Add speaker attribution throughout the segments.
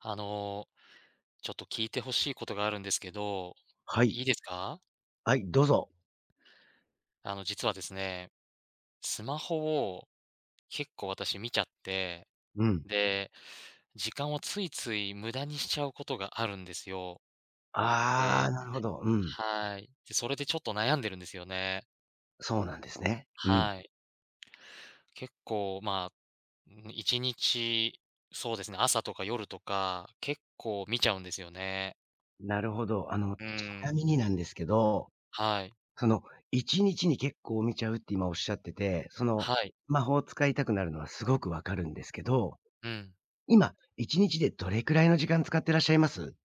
Speaker 1: あの、ちょっと聞いてほしいことがあるんですけど、
Speaker 2: はい。
Speaker 1: いいですか？
Speaker 2: はい、どうぞ。
Speaker 1: 実はですね、スマホを結構私見ちゃって、
Speaker 2: うん。
Speaker 1: で、時間をついつい無駄にしちゃうことがあるんですよ。
Speaker 2: ああ、
Speaker 1: で
Speaker 2: なるほど。うん。
Speaker 1: はい。で、それでちょっと悩んでるんですよね。
Speaker 2: そうなんですね。うん。
Speaker 1: はい。結構、まあ、1日、そうですね、朝とか夜とか、結構見ちゃうんですよね。
Speaker 2: なるほど。あの、ち
Speaker 1: うー
Speaker 2: な
Speaker 1: ん。
Speaker 2: みになんですけど、
Speaker 1: はい。
Speaker 2: その、1日に結構見ちゃうって今おっしゃってて、その、
Speaker 1: はい。
Speaker 2: 魔法を使いたくなるのはすごくわかるんですけど、
Speaker 1: うん。
Speaker 2: 今、1日でどれくらいの時間使ってらっしゃいます？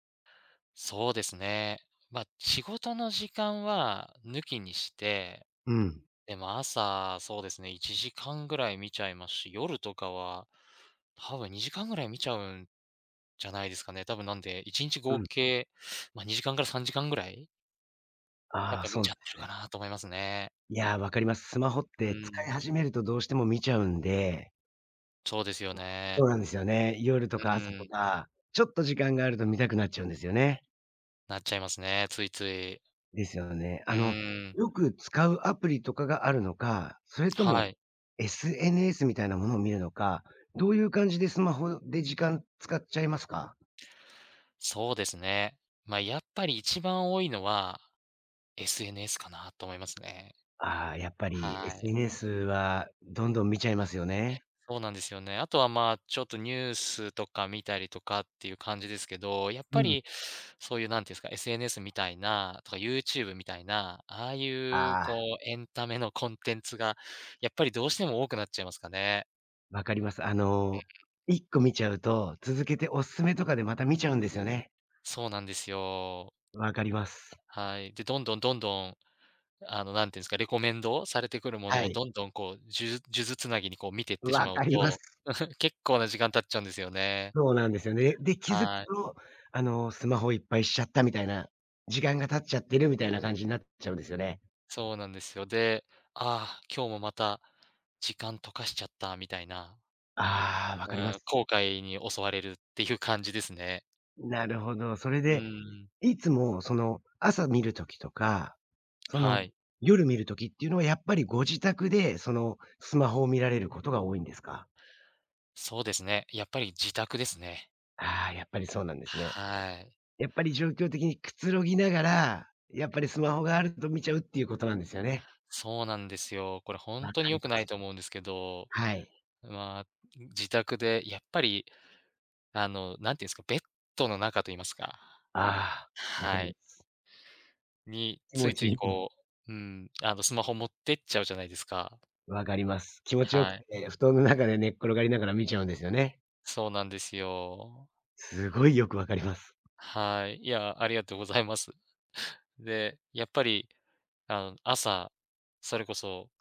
Speaker 1: そうですね。まあ、仕事の時間は抜きにして、
Speaker 2: うん。
Speaker 1: でも朝、そうですね、1時間ぐらい見ちゃいますし、夜とかは、多分2時間ぐらい見ちゃうんじゃないですかね。多分なんで、1日
Speaker 2: う
Speaker 1: 合
Speaker 2: ん。
Speaker 1: 計、まあ、2時間から3時間ぐらい、やっ
Speaker 2: ああ、
Speaker 1: ぱ
Speaker 2: そ
Speaker 1: 見
Speaker 2: うな
Speaker 1: ち
Speaker 2: ん
Speaker 1: ゃっ
Speaker 2: で
Speaker 1: て
Speaker 2: す
Speaker 1: るか
Speaker 2: ね。
Speaker 1: なと思いますね。
Speaker 2: いやー、わかります。スマホっ
Speaker 1: う
Speaker 2: て使い
Speaker 1: ん、
Speaker 2: 始めるとどうしても見ちゃうんで、
Speaker 1: そうですよ
Speaker 2: そう
Speaker 1: ね。
Speaker 2: なんですよね。夜
Speaker 1: う
Speaker 2: とか朝と
Speaker 1: ん、
Speaker 2: か、ちょっと時間があると見たくなっちゃうんですよね。
Speaker 1: なっちゃいますね、ついつい。
Speaker 2: ですよね。
Speaker 1: う
Speaker 2: あの、
Speaker 1: ん、
Speaker 2: よく使うアプリとかがあるのか、それとも
Speaker 1: はい、
Speaker 2: SNS みたいなものを見るのか、どういう感じでスマホで時間使っちゃいますか？
Speaker 1: そうですね。まあ、やっぱり一番多いのは、SNS かなと思いますね。
Speaker 2: ああ、やっぱり
Speaker 1: はい。
Speaker 2: SNS はどんどん見ちゃいますよね。
Speaker 1: そうなんですよね。あとは、まあ、ちょっとニュースとか見たりとかっていう感じですけど、やっ
Speaker 2: う
Speaker 1: ぱ
Speaker 2: ん。
Speaker 1: りそういうなんていうんですか、SNS みたいなとか YouTube みたいな、ああいう、
Speaker 2: あ
Speaker 1: こ
Speaker 2: あ、
Speaker 1: う、エンタメのコンテンツがやっぱりどうしても多くなっちゃいますかね。
Speaker 2: わかります。あの、1個見ちゃうと、続けておすすめとかでまた見ちゃうんですよね。
Speaker 1: そうなんですよ。
Speaker 2: わかります。
Speaker 1: はい。で、どんどんどんどん、なんていうんですか、レコメンドされてくるも
Speaker 2: は
Speaker 1: のを
Speaker 2: い、
Speaker 1: どんどん、こう、数珠数珠つなぎにこう見ていってし
Speaker 2: わ
Speaker 1: まう
Speaker 2: かります。
Speaker 1: と、結構な時間経っちゃうんですよね。
Speaker 2: そうなんですよね。で、気づく
Speaker 1: はい。
Speaker 2: と、あの、スマホいっぱいしちゃったみたいな、時間が経っちゃってるみたいな感じになっちゃうんですよね。
Speaker 1: そうなんですよ。で、ああ、今日もまた時間溶かしちゃったみたいな、
Speaker 2: ああ、わか
Speaker 1: う
Speaker 2: りま
Speaker 1: ん、
Speaker 2: す。
Speaker 1: 後悔に襲われるっていう感じですね。
Speaker 2: なるほど。それ
Speaker 1: う
Speaker 2: で、
Speaker 1: ん、
Speaker 2: いつもその、朝見るときとか、そ
Speaker 1: は
Speaker 2: の、
Speaker 1: い。
Speaker 2: 夜見るときっていうのはやっぱりご自宅で、その、スマホを見られることが多いんですか？
Speaker 1: そうですね。やっぱり自宅ですね。
Speaker 2: ああ、やっぱりそうなんですね。
Speaker 1: はい。
Speaker 2: やっぱり状況的にくつろぎながら、やっぱりスマホがあると見ちゃうっていうことなんですよね。
Speaker 1: そうなんですよ。これ本
Speaker 2: わ
Speaker 1: 当
Speaker 2: か
Speaker 1: に
Speaker 2: り
Speaker 1: 良く
Speaker 2: ま
Speaker 1: ない
Speaker 2: す。
Speaker 1: と思うんですけど、
Speaker 2: はい。
Speaker 1: まあ、自宅でやっぱり、なんていうんですか、ベッドの中と言いますか、
Speaker 2: ああ、わかり
Speaker 1: は
Speaker 2: ま
Speaker 1: い、
Speaker 2: す。
Speaker 1: に
Speaker 2: 気
Speaker 1: つ
Speaker 2: 持
Speaker 1: い
Speaker 2: ち
Speaker 1: つ
Speaker 2: い
Speaker 1: い
Speaker 2: い。
Speaker 1: こう、うん、スマホ持ってっちゃうじゃないですか。
Speaker 2: 分かります。気持ちよく
Speaker 1: はい、
Speaker 2: て、布団の中で寝っ転がりながら見ちゃうんですよね。
Speaker 1: そうなんですよ。
Speaker 2: すごいよく分かります。
Speaker 1: はい。いや、ありがとうございます。で、やっぱり、朝、それこそ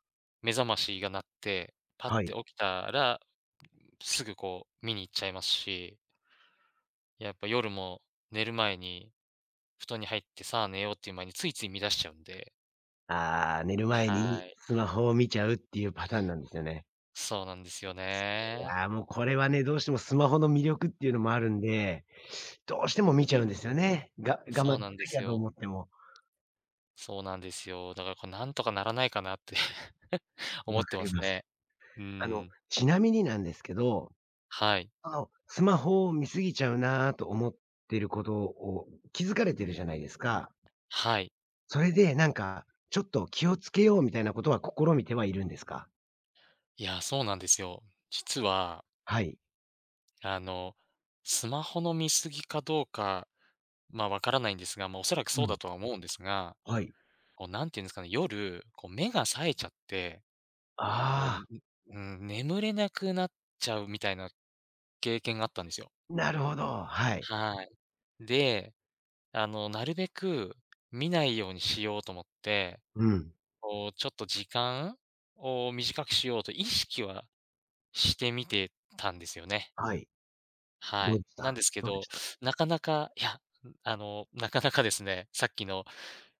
Speaker 1: 目覚ましが鳴って、パッ
Speaker 2: は
Speaker 1: て
Speaker 2: い。
Speaker 1: 起きたら、すぐこう見に行っちゃいますし、やっぱ夜も寝る前に布団に入ってさあ寝ようっていう前についつい見出しちゃうんで。
Speaker 2: ああ、寝る前
Speaker 1: は
Speaker 2: に
Speaker 1: い。
Speaker 2: スマホを見ちゃうっていうパターンなんですよね。
Speaker 1: そうなんですよ
Speaker 2: い
Speaker 1: ね。
Speaker 2: や、もうこれはね、どうしてもスマホの魅力っていうのもあるんで、どうしても見ちゃうんですよね。が我慢
Speaker 1: そ
Speaker 2: し
Speaker 1: う
Speaker 2: な
Speaker 1: なんで
Speaker 2: き
Speaker 1: す
Speaker 2: ゃと思
Speaker 1: よ。
Speaker 2: っても。
Speaker 1: そうなんですよ。だからこれなんとかならないかなって 思
Speaker 2: 分
Speaker 1: って
Speaker 2: か
Speaker 1: ま
Speaker 2: り
Speaker 1: す
Speaker 2: ます。
Speaker 1: ね。う
Speaker 2: あの、
Speaker 1: ん。
Speaker 2: ちなみになんですけど、
Speaker 1: はい。
Speaker 2: あの、スマホを見過ぎちゃうなと思ってることを気づかれてるじゃないですか。
Speaker 1: はい。
Speaker 2: それで、なんか、ちょっと気をつけようみたいなことは試みてはいるんですか？
Speaker 1: いや、そうなんですよ。実は、
Speaker 2: はい。
Speaker 1: あの、スマホの見過ぎかどうか、まあ、わからないんですが、まあ、おそらく
Speaker 2: う
Speaker 1: そう
Speaker 2: ん。
Speaker 1: だとは思うんですが、
Speaker 2: はい。
Speaker 1: こう、なんていうんですかね、夜、こう、目が冴えちゃって、こう、
Speaker 2: あ
Speaker 1: う眠れなくなっちゃうみたいな経験があったんですよ。
Speaker 2: あ、なるほど。はい。
Speaker 1: はい。で、なるべく見ないようにしようと思って、
Speaker 2: うん。
Speaker 1: こう、ちょっと時間を短くしようと意識はしてみてたんですよね。
Speaker 2: はい。
Speaker 1: は
Speaker 2: どう
Speaker 1: い。
Speaker 2: でし
Speaker 1: なん
Speaker 2: た
Speaker 1: ですけ
Speaker 2: どうで
Speaker 1: ど、
Speaker 2: した
Speaker 1: なかなか、いや、なかなかですね、さっきの、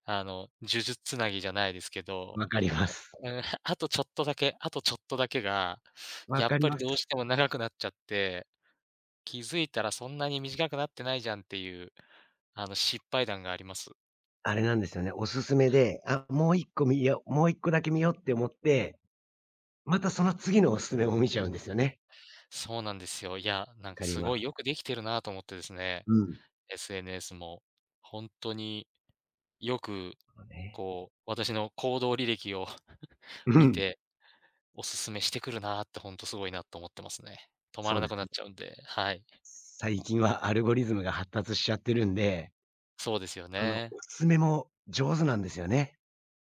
Speaker 1: 呪術つなぎじゃないですけど、
Speaker 2: わかります。
Speaker 1: うん、あとちょっとだけ、あとちょっとだけが、
Speaker 2: わ
Speaker 1: やっ
Speaker 2: かり
Speaker 1: ぱり
Speaker 2: ま
Speaker 1: どう
Speaker 2: す。
Speaker 1: しても長くなっちゃって、気づいたらそんなに短くなってないじゃんっていう、失敗談があります。
Speaker 2: あれなんですよね、おすすめで、あ、もう一個見ようもう1個だけ見ようって思って、またその次のおすすめも見ちゃうんですよね。
Speaker 1: そうなんですよ。いや、な
Speaker 2: わ
Speaker 1: ん
Speaker 2: か
Speaker 1: か
Speaker 2: り
Speaker 1: す
Speaker 2: ま
Speaker 1: ご
Speaker 2: す。
Speaker 1: いよくできてるなと思ってですね、
Speaker 2: うん。
Speaker 1: SNS も。本当によく、
Speaker 2: そうね。
Speaker 1: こう、私の行動履歴を
Speaker 2: う
Speaker 1: 見
Speaker 2: ん。
Speaker 1: ておすすめしてくるなって、ほんとすごいなと思ってますね。止ま
Speaker 2: そ
Speaker 1: ら
Speaker 2: うで
Speaker 1: な
Speaker 2: す
Speaker 1: くな
Speaker 2: ね。
Speaker 1: っちゃうんで、はい。
Speaker 2: 最近はアルゴリズムが発達しちゃってるんで、
Speaker 1: そうですよ
Speaker 2: そのお
Speaker 1: ね。
Speaker 2: すすめも上手なんですよね。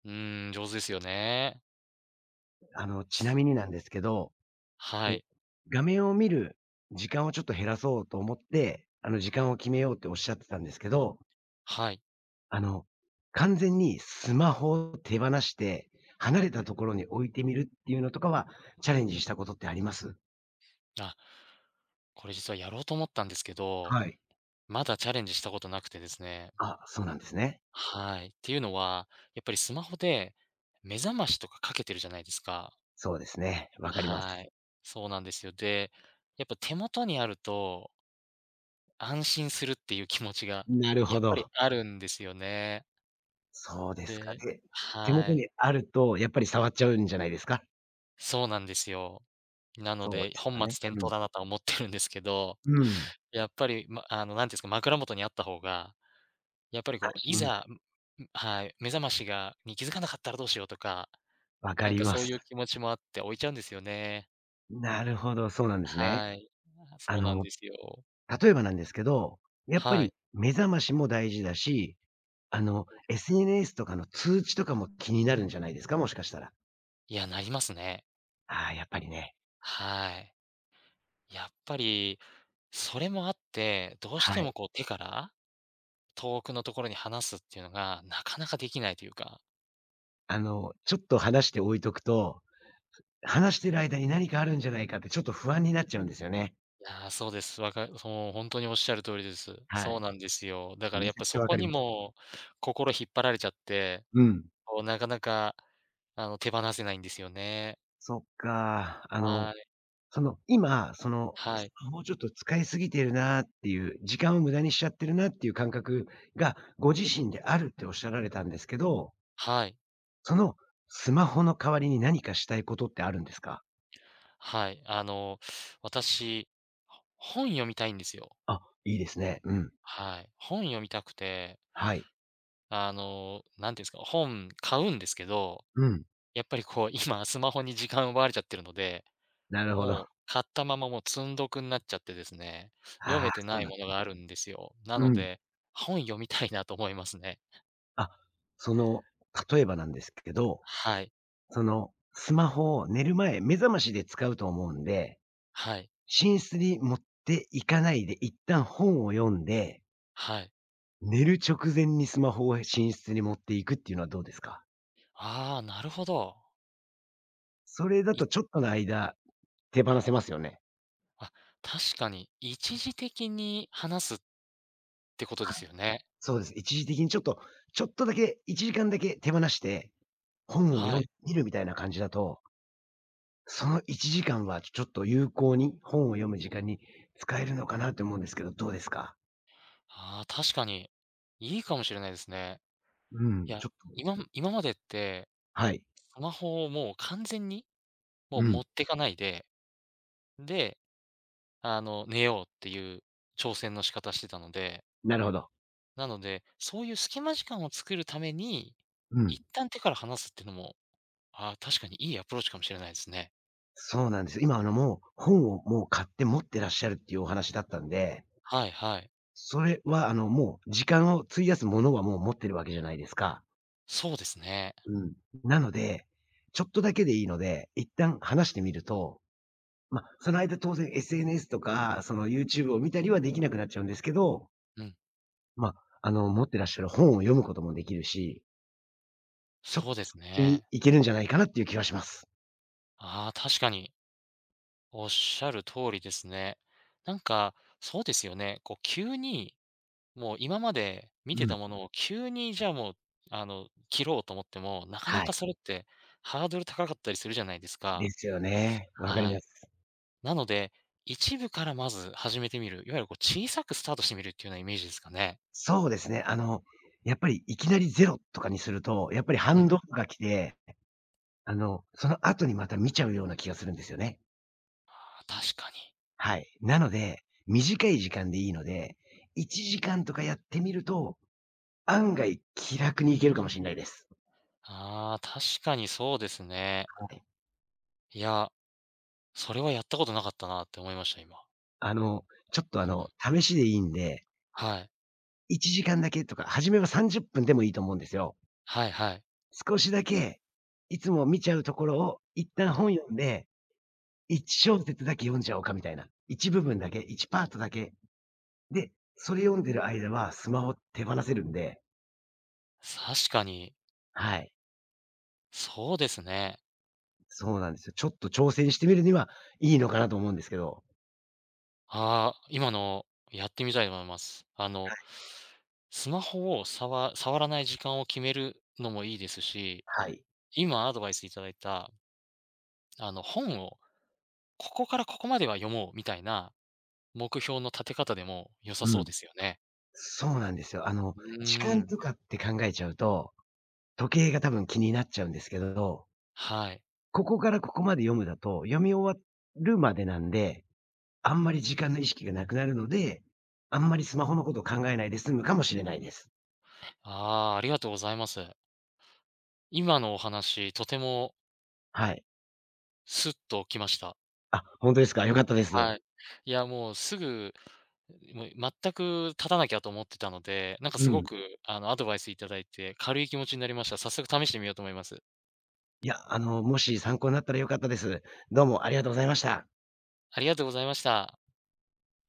Speaker 1: うーん、上手ですよね。
Speaker 2: あの、ちなみ
Speaker 1: す
Speaker 2: になんですけど、こ
Speaker 1: は
Speaker 2: う
Speaker 1: い、
Speaker 2: 画面を見る時間をちょっと減らそうと思って、あの、時間を決めようっておっしゃってたんですけど、
Speaker 1: はい。
Speaker 2: あの、完全にスマホを手放して、離れたところに置いてみるっていうのとかは、チャレンジしたことってあります？
Speaker 1: あ、これ実はやろうと思ったんですけど、
Speaker 2: はい。
Speaker 1: まだチャレンジしたことなくてですね。
Speaker 2: あ、そうなんですね。
Speaker 1: はい。っていうのは、やっぱりスマホで目覚ましとかかけてるじゃないですか。
Speaker 2: そうですね。わかりま
Speaker 1: は
Speaker 2: す。
Speaker 1: い。そうなんですよ。で、やっぱ手元にあると安心するっていう気持ちが
Speaker 2: なるほ
Speaker 1: やっぱり
Speaker 2: ど。
Speaker 1: あるんですよね。
Speaker 2: そうですか。
Speaker 1: で
Speaker 2: で、手元
Speaker 1: は
Speaker 2: に
Speaker 1: い。
Speaker 2: あるとやっぱり触っちゃうんじゃないですか？
Speaker 1: そうなんですよ。なの
Speaker 2: そうで
Speaker 1: で、
Speaker 2: す
Speaker 1: 本
Speaker 2: よね。
Speaker 1: 末転
Speaker 2: うん。
Speaker 1: 倒だなとは思ってるんですけど、
Speaker 2: うん。
Speaker 1: やっぱり、ま、なんていうんですか、枕元にあった方が、やっぱりこ
Speaker 2: 安
Speaker 1: う、い
Speaker 2: 心。
Speaker 1: ざ、はい、目覚ましがに気づかなかったらどうしようとか、
Speaker 2: わか
Speaker 1: なん
Speaker 2: り
Speaker 1: か
Speaker 2: ま
Speaker 1: そう
Speaker 2: す。
Speaker 1: いう気持ちもあって置いちゃうんですよね。
Speaker 2: なるほど、そうなんですね。
Speaker 1: はい。あ、
Speaker 2: あ
Speaker 1: そうなん
Speaker 2: の、
Speaker 1: ですよ。
Speaker 2: 例えばなんですけど、やっぱ
Speaker 1: は
Speaker 2: り
Speaker 1: い。
Speaker 2: 目覚ましも大事だし、あの、SNS とかの通知とかも気になるんじゃないですか、もしかしたら。
Speaker 1: いや、なりますね。
Speaker 2: ああ、やっぱりね。
Speaker 1: はい。やっぱり、それもあって、どうし
Speaker 2: は
Speaker 1: ても
Speaker 2: い。
Speaker 1: こう手から遠くのところに離すっていうのが、なかなかできないというか。
Speaker 2: あの、ちょっと話して置いとくと、話してる間に何かあるんじゃないかってちょっと不安になっちゃうんですよね。
Speaker 1: いやー、そうです。そう、本当におっしゃる通りです。
Speaker 2: は
Speaker 1: そう
Speaker 2: い。
Speaker 1: なんですよ。だから
Speaker 2: め
Speaker 1: やっ
Speaker 2: ちゃ
Speaker 1: ぱ
Speaker 2: くちゃ
Speaker 1: そ
Speaker 2: わ
Speaker 1: こ
Speaker 2: かり
Speaker 1: に
Speaker 2: ます。
Speaker 1: も心引っ張られちゃって、
Speaker 2: うん。
Speaker 1: こうなかなか、手放せないんですよね。
Speaker 2: そっか。あの
Speaker 1: はい、
Speaker 2: その、今、その、
Speaker 1: は
Speaker 2: ス
Speaker 1: い、
Speaker 2: マホをちょっと使いすぎてるなっていう、時間を無駄にしちゃってるなっていう感覚が、ご自身であるっておっしゃられたんですけど、
Speaker 1: はい、
Speaker 2: そのスマホの代わりに何かしたいことってあるんですか？
Speaker 1: はい。私、本読みたいんですよ。
Speaker 2: あ、いいですね。うん。
Speaker 1: はい。本読みたくて、
Speaker 2: はい。
Speaker 1: 何ていうんですか、本買うんですけど、
Speaker 2: うん。
Speaker 1: やっぱりこう今スマホに時間奪われちゃってるので
Speaker 2: なるほど。あ
Speaker 1: もう買ったまま、もう積んどくになっちゃってですね、読
Speaker 2: あ、
Speaker 1: めて
Speaker 2: そう
Speaker 1: ない
Speaker 2: なんで
Speaker 1: もの
Speaker 2: すね。
Speaker 1: があるんですよ。な
Speaker 2: う
Speaker 1: の
Speaker 2: ん。
Speaker 1: で、本読みたいなと思いますね。
Speaker 2: あ、その、例えばなんですけど、
Speaker 1: はい、
Speaker 2: その、スマホを寝る前、目覚ましで使うと思うんで、
Speaker 1: はい、
Speaker 2: 寝室に持っていかないで一旦本を読んで
Speaker 1: はい。
Speaker 2: 寝る直前にスマホを寝室に持っていくっていうのはどうですか？
Speaker 1: ああ、なるほど。
Speaker 2: それだ
Speaker 1: い
Speaker 2: とちょっとの間、手放せますよね。
Speaker 1: あ、確かに一時的に話すってことで
Speaker 2: あ、
Speaker 1: すよね。
Speaker 2: そうです。一時的にちょっとだけ1時間だけ手放して、本を
Speaker 1: は
Speaker 2: 読ん
Speaker 1: い。
Speaker 2: 見るみたいな感じだと、その1時間はちょっと有効に本を読む時間に使えるのかなと思うんですけど、どうですか？
Speaker 1: ああ、確かに、いいかもしれないですね。
Speaker 2: う
Speaker 1: い
Speaker 2: ん、
Speaker 1: や、
Speaker 2: ちょっと
Speaker 1: 今までって、
Speaker 2: はい。
Speaker 1: スマホをもう完全に、も
Speaker 2: う
Speaker 1: う
Speaker 2: ん、
Speaker 1: 持ってかないで、で、寝ようっていう挑戦の仕方してたので、
Speaker 2: なるほど。
Speaker 1: なので、そういう隙間時間を作るために、
Speaker 2: うん。
Speaker 1: 一旦手から離すっていうのも、ああ、確かにいいアプローチかもしれないですね。
Speaker 2: そうなんですよ。今あのもう、本をもう買って持ってらっしゃるっていうお話だったんで
Speaker 1: はいはい。
Speaker 2: それは、あの、もう時間を費やすものはもう持ってるわけじゃないですか。
Speaker 1: そうですね。
Speaker 2: うん。なので、ちょっとだけでいいので、一旦話してみると、ま、その間当然 SNS とか、その YouTube を見たりはできなくなっちゃうんですけど、
Speaker 1: うん、
Speaker 2: ま、あの、持ってらっしゃる本を読むこともできるし、ちょそっ
Speaker 1: そうです
Speaker 2: ちに
Speaker 1: ね。
Speaker 2: 行けるんじゃないかなっていう気はします。
Speaker 1: ああ、確かにおっしゃる通りですね。なんか、そうですよね。こう急に、もう今まで見
Speaker 2: う
Speaker 1: て
Speaker 2: ん。
Speaker 1: たものを急にじゃあもう、切ろうと思っても、なかな
Speaker 2: は
Speaker 1: か
Speaker 2: い。
Speaker 1: それってハードル高かったりするじゃないです
Speaker 2: で
Speaker 1: か。
Speaker 2: すよね。わかり
Speaker 1: は
Speaker 2: ま
Speaker 1: い。
Speaker 2: す。
Speaker 1: なので、一部からまず始めてみる、いわゆるこう小さくスタートしてみるっていうようなイメージですかね。
Speaker 2: そうですね。あの、やっぱりいきなりゼロとかにすると、やっぱり
Speaker 1: うん。
Speaker 2: 反動が来てあの、その後にまた見ちゃうような気がするんですよね。
Speaker 1: あー確かに。
Speaker 2: はい。なので、短い時間でいいので、1時間とかやってみると、案外気楽にいけるかもしれないです。
Speaker 1: ああ、確かにそうですね。
Speaker 2: はい。
Speaker 1: いや、それはやったことなかったなって思いました、今。
Speaker 2: あの、ちょっとあ
Speaker 1: う
Speaker 2: の、
Speaker 1: ん。
Speaker 2: 試しでいいんで、
Speaker 1: はい。
Speaker 2: 1時間だけとか、初めは30分でもいいと思うんですよ。
Speaker 1: はいはい。
Speaker 2: 少しだけ、いつも見ちゃうところを一
Speaker 1: う
Speaker 2: 旦
Speaker 1: ん。
Speaker 2: 本読んで、1小節だけ読んじゃおうかみたいな。一部分だけ、1パートだけ。で、それ読んでる間はスマホ手放せるんで、
Speaker 1: 確かに、
Speaker 2: はい。
Speaker 1: そうですね。
Speaker 2: そうなんですよ。ちょっと挑戦してみるにはいいのかなと思うんですけど。
Speaker 1: ああ、今のやってみたいと思います。
Speaker 2: はい。
Speaker 1: スマホを触らない時間を決めるのもいいですし、
Speaker 2: はい。
Speaker 1: 今アドバイスいただいた、本をここからここまでは読もうみたいな目標の立て方でも良さ
Speaker 2: う
Speaker 1: そう
Speaker 2: ん。
Speaker 1: ですよね。
Speaker 2: そうなんですよ。あの、
Speaker 1: う
Speaker 2: 時
Speaker 1: ー
Speaker 2: 間
Speaker 1: ん、
Speaker 2: とかって考えちゃうと、時計が多分気になっちゃうんですけど、
Speaker 1: はい。
Speaker 2: ここからここまで読むだと、読み終わるまでなんで、あんまり時間の意識がなくなるので、あんまりスマホのことを考えないで済むかもしれないです。
Speaker 1: ああ、ありがとうございます。今のお話、とても
Speaker 2: はい。
Speaker 1: スッときました。
Speaker 2: あ、本当ですか？良かったです。
Speaker 1: はい。いや、もうすぐ、もう全く立たなきゃと思ってたので、なんか
Speaker 2: う
Speaker 1: すご
Speaker 2: ん。
Speaker 1: くあのアドバイスいただいて軽い気持ちになりました。早速試してみようと思います。
Speaker 2: いや、あの、もし参考になったら良かったです。どうもありがとうございました。
Speaker 1: ありがとうございました。